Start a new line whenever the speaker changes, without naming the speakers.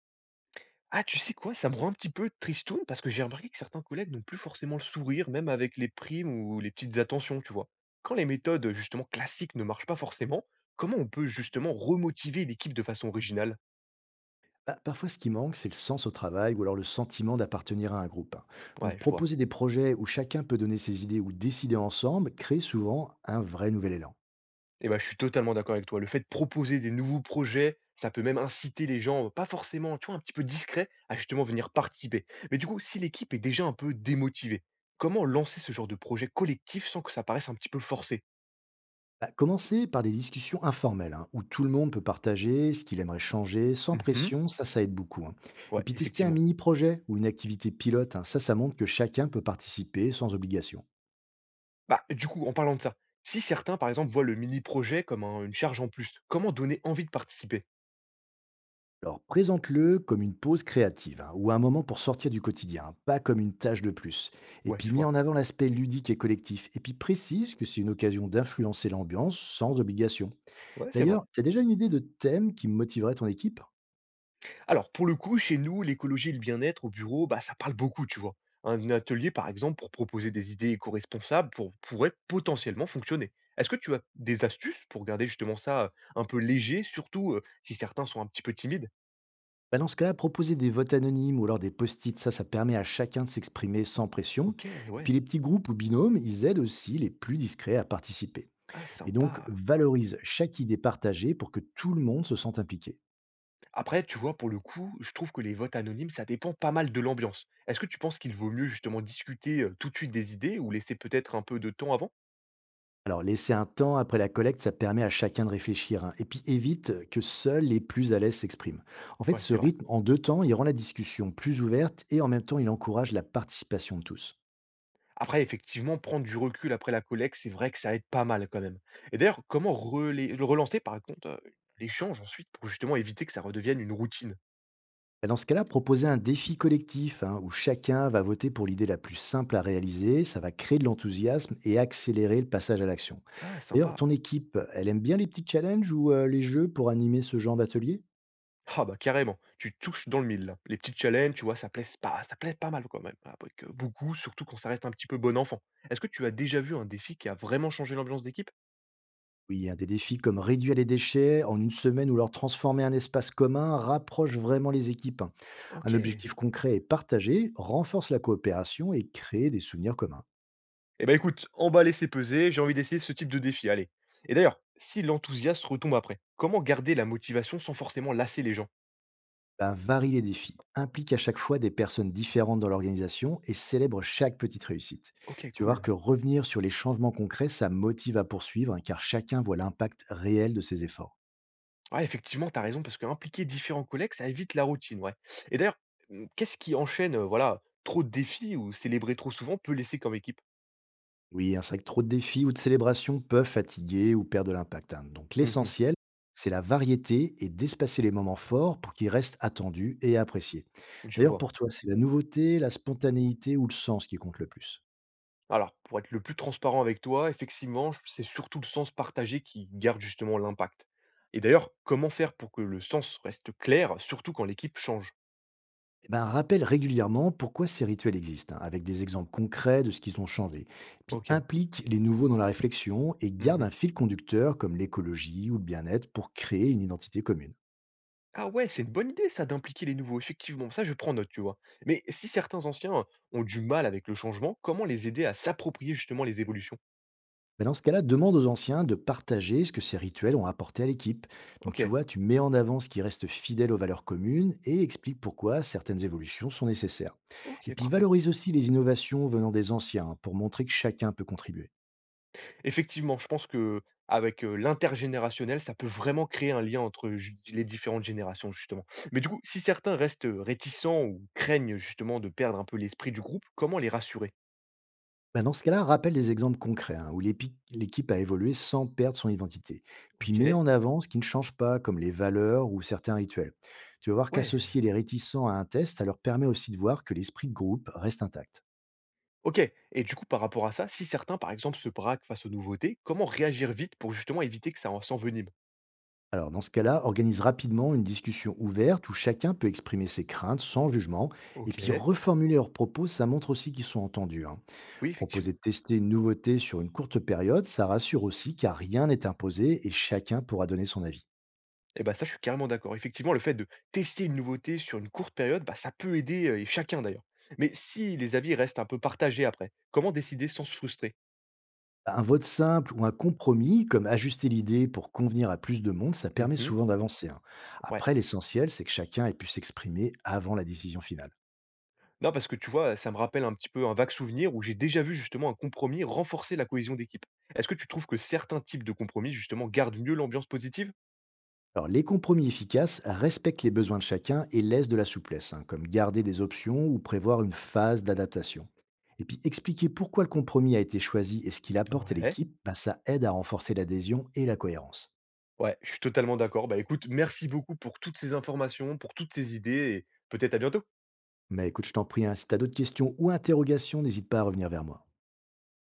Ah, tu sais quoi? Ça me rend un petit peu tristoun parce que j'ai remarqué que certains collègues n'ont plus forcément le sourire, même avec les primes ou les petites attentions, tu vois. Quand les méthodes justement classiques ne marchent pas forcément, comment on peut justement remotiver l'équipe de façon originale?
Bah, parfois, ce qui manque, c'est le sens au travail ou alors le sentiment d'appartenir à un groupe, hein. Donc,
Ouais, je vois.
proposer des projets où chacun peut donner ses idées ou décider ensemble crée souvent un vrai nouvel élan.
Eh ben, je suis totalement d'accord avec toi. Le fait de proposer des nouveaux projets, ça peut même inciter les gens, pas forcément, tu vois, un petit peu discrets, à justement venir participer. Mais du coup, si l'équipe est déjà un peu démotivée, comment lancer ce genre de projet collectif sans que ça paraisse un petit peu forcé?
Bah, commencer par des discussions informelles hein, où tout le monde peut partager ce qu'il aimerait changer sans
Mhm.
pression, ça aide beaucoup, hein. Et
Ouais,
puis, tester un
effectivement.
mini-projet ou une activité pilote, hein, ça montre que chacun peut participer sans obligation.
Bah, du coup, en parlant de ça, si certains, par exemple, voient le mini-projet comme une charge en plus, comment donner envie de participer?
Alors, présente-le comme une pause créative hein, ou un moment pour sortir du quotidien, hein, pas comme une tâche de plus. Et
Ouais,
puis,
je
mets en
vois.
avant l'aspect ludique et collectif. Et puis, précise que c'est une occasion d'influencer l'ambiance sans obligation.
Ouais, c'est vrai.
D'ailleurs, t'as déjà une idée de thème qui motiverait ton équipe?
Alors, pour le coup, chez nous, l'écologie et le bien-être au bureau, bah, ça parle beaucoup, tu vois. Un atelier, par exemple, pour proposer des idées éco-responsables pourrait potentiellement fonctionner. Est-ce que tu as des astuces pour garder justement ça un peu léger, surtout si certains sont un petit peu timides?
Bah, dans ce cas-là, proposer des votes anonymes ou alors des post-it, ça permet à chacun de s'exprimer sans pression.
Ok,
Et puis,
ouais.
les petits groupes ou binômes, ils aident aussi les plus discrets à participer.
Ah,
Et donc,
sympa.
valorise chaque idée partagée pour que tout le monde se sente impliqué.
Après, tu vois, pour le coup, je trouve que les votes anonymes, ça dépend pas mal de l'ambiance. Est-ce que tu penses qu'il vaut mieux justement discuter tout de suite des idées ou laisser peut-être un peu de temps avant?
Alors, laisser un temps après la collecte, ça permet à chacun de réfléchir, hein. Et puis, évite que seuls les plus à l'aise s'expriment. En fait,
Ouais,
ce
c'est vrai.
rythme, en deux temps, il rend la discussion plus ouverte et en même temps, il encourage la participation de tous.
Après, effectivement, prendre du recul après la collecte, c'est vrai que ça aide pas mal quand même. Et d'ailleurs, comment le relancer par contre, l'échange ensuite pour justement éviter que ça redevienne une routine?
Et dans ce cas-là, proposer un défi collectif hein, où chacun va voter pour l'idée la plus simple à réaliser, ça va créer de l'enthousiasme et accélérer le passage à l'action.
Ah,
D'ailleurs,
sympa.
ton équipe, elle aime bien les petits challenges ou les jeux pour animer ce genre d'atelier?
Ah bah carrément, tu touches dans le mille, là. Les petits challenges, tu vois, ça plaît pas mal quand même. Avec beaucoup, surtout quand ça reste un petit peu bon enfant. Est-ce que tu as déjà vu un défi qui a vraiment changé l'ambiance d'équipe?
Oui, il y a des défis comme réduire les déchets en une semaine ou leur transformer un espace commun rapproche vraiment les équipes, hein. Un
OK.
objectif concret et partagé renforce la coopération et crée des souvenirs communs.
Eh ben écoute, emballer, c'est peser, j'ai envie d'essayer ce type de défi, allez. Et d'ailleurs, si l'enthousiasme retombe après, comment garder la motivation sans forcément lasser les gens?
Ben, varie les défis, implique à chaque fois des personnes différentes dans l'organisation et célèbre chaque petite réussite.
OK,
Tu vas
cool.
voir que revenir sur les changements concrets, ça motive à poursuivre hein, car chacun voit l'impact réel de ses efforts.
Ouais, effectivement, t'as raison, parce que impliquer différents collègues, ça évite la routine, ouais. Et d'ailleurs, qu'est-ce qui enchaîne, voilà, trop de défis ou célébrer trop souvent peut laisser comme équipe?
Oui, hein, c'est vrai que trop de défis ou de célébrations peuvent fatiguer ou perdre de l'impact, hein. Donc
Mhm,
l'essentiel, c'est la variété et d'espacer les moments forts pour qu'ils restent attendus et appréciés.
je
D'ailleurs,
vois.
pour toi, c'est la nouveauté, la spontanéité ou le sens qui compte le plus?
Alors, pour être le plus transparent avec toi, effectivement, c'est surtout le sens partagé qui garde justement l'impact. Et d'ailleurs, comment faire pour que le sens reste clair, surtout quand l'équipe change?
Eh ben, rappelle régulièrement pourquoi ces rituels existent, hein, avec des exemples concrets de ce qu'ils ont changé. Puis
OK.
implique les nouveaux dans la réflexion et garde un
Mmh.
fil conducteur comme l'écologie ou le bien-être pour créer une identité commune.
Ah ouais, c'est une bonne idée ça d'impliquer les nouveaux, effectivement, ça je prends note, tu vois. Mais si certains anciens ont du mal avec le changement, comment les aider à s'approprier justement les évolutions?
Mais dans ce cas-là, demande aux anciens de partager ce que ces rituels ont apporté à l'équipe. Donc tu
OK,
vois, tu mets en avant ce qui reste fidèle aux valeurs communes et explique pourquoi certaines évolutions sont nécessaires. Et
OK,
puis
parfait.
valorise aussi les innovations venant des anciens hein, pour montrer que chacun peut contribuer.
Effectivement, je pense qu'avec, l'intergénérationnel, ça peut vraiment créer un lien entre ju les différentes générations, justement. Mais du coup, si certains restent, réticents ou craignent justement de perdre un peu l'esprit du groupe, comment les rassurer?
Ben, dans ce cas-là, rappelle des exemples concrets hein, où l'équipe a évolué sans perdre son identité. Puis mets
OK,
en avant ce qui ne change pas, comme les valeurs ou certains rituels. Tu vas voir
ouais,
qu'associer les réticents à un test, ça leur permet aussi de voir que l'esprit de groupe reste intact.
OK, et du coup par rapport à ça, si certains, par exemple, se braquent face aux nouveautés, comment réagir vite pour justement éviter que ça en s'envenime?
Alors, dans ce cas-là, organise rapidement une discussion ouverte où chacun peut exprimer ses craintes sans jugement. Et puis,
OK.
reformuler leurs propos, ça montre aussi qu'ils sont entendus, hein.
Oui, effectivement.
Proposer de tester une nouveauté sur une courte période, ça rassure aussi car rien n'est imposé et chacun pourra donner son avis.
Et bah, ça, je suis carrément d'accord. Effectivement, le fait de tester une nouveauté sur une courte période, bah, ça peut aider, et chacun d'ailleurs. Mais si les avis restent un peu partagés après, comment décider sans se frustrer?
Un vote simple ou un compromis, comme ajuster l'idée pour convenir à plus de monde, ça permet
Mmh,
souvent d'avancer, hein.
ouais.
Après, l'essentiel, c'est que chacun ait pu s'exprimer avant la décision finale.
Non, parce que tu vois, ça me rappelle un petit peu un vague souvenir où j'ai déjà vu justement un compromis renforcer la cohésion d'équipe. Est-ce que tu trouves que certains types de compromis justement gardent mieux l'ambiance positive?
Alors, les compromis efficaces respectent les besoins de chacun et laissent de la souplesse, hein, comme garder des options ou prévoir une phase d'adaptation. Et puis, expliquer pourquoi le compromis a été choisi et ce qu'il apporte à
Ouais,
l'équipe, bah, ça aide à renforcer l'adhésion et la cohérence.
ouais, je suis totalement d'accord. Bah, écoute, merci beaucoup pour toutes ces informations, pour toutes ces idées et peut-être à bientôt.
Mais écoute, je t'en prie, hein, si tu as d'autres questions ou interrogations, n'hésite pas à revenir vers moi.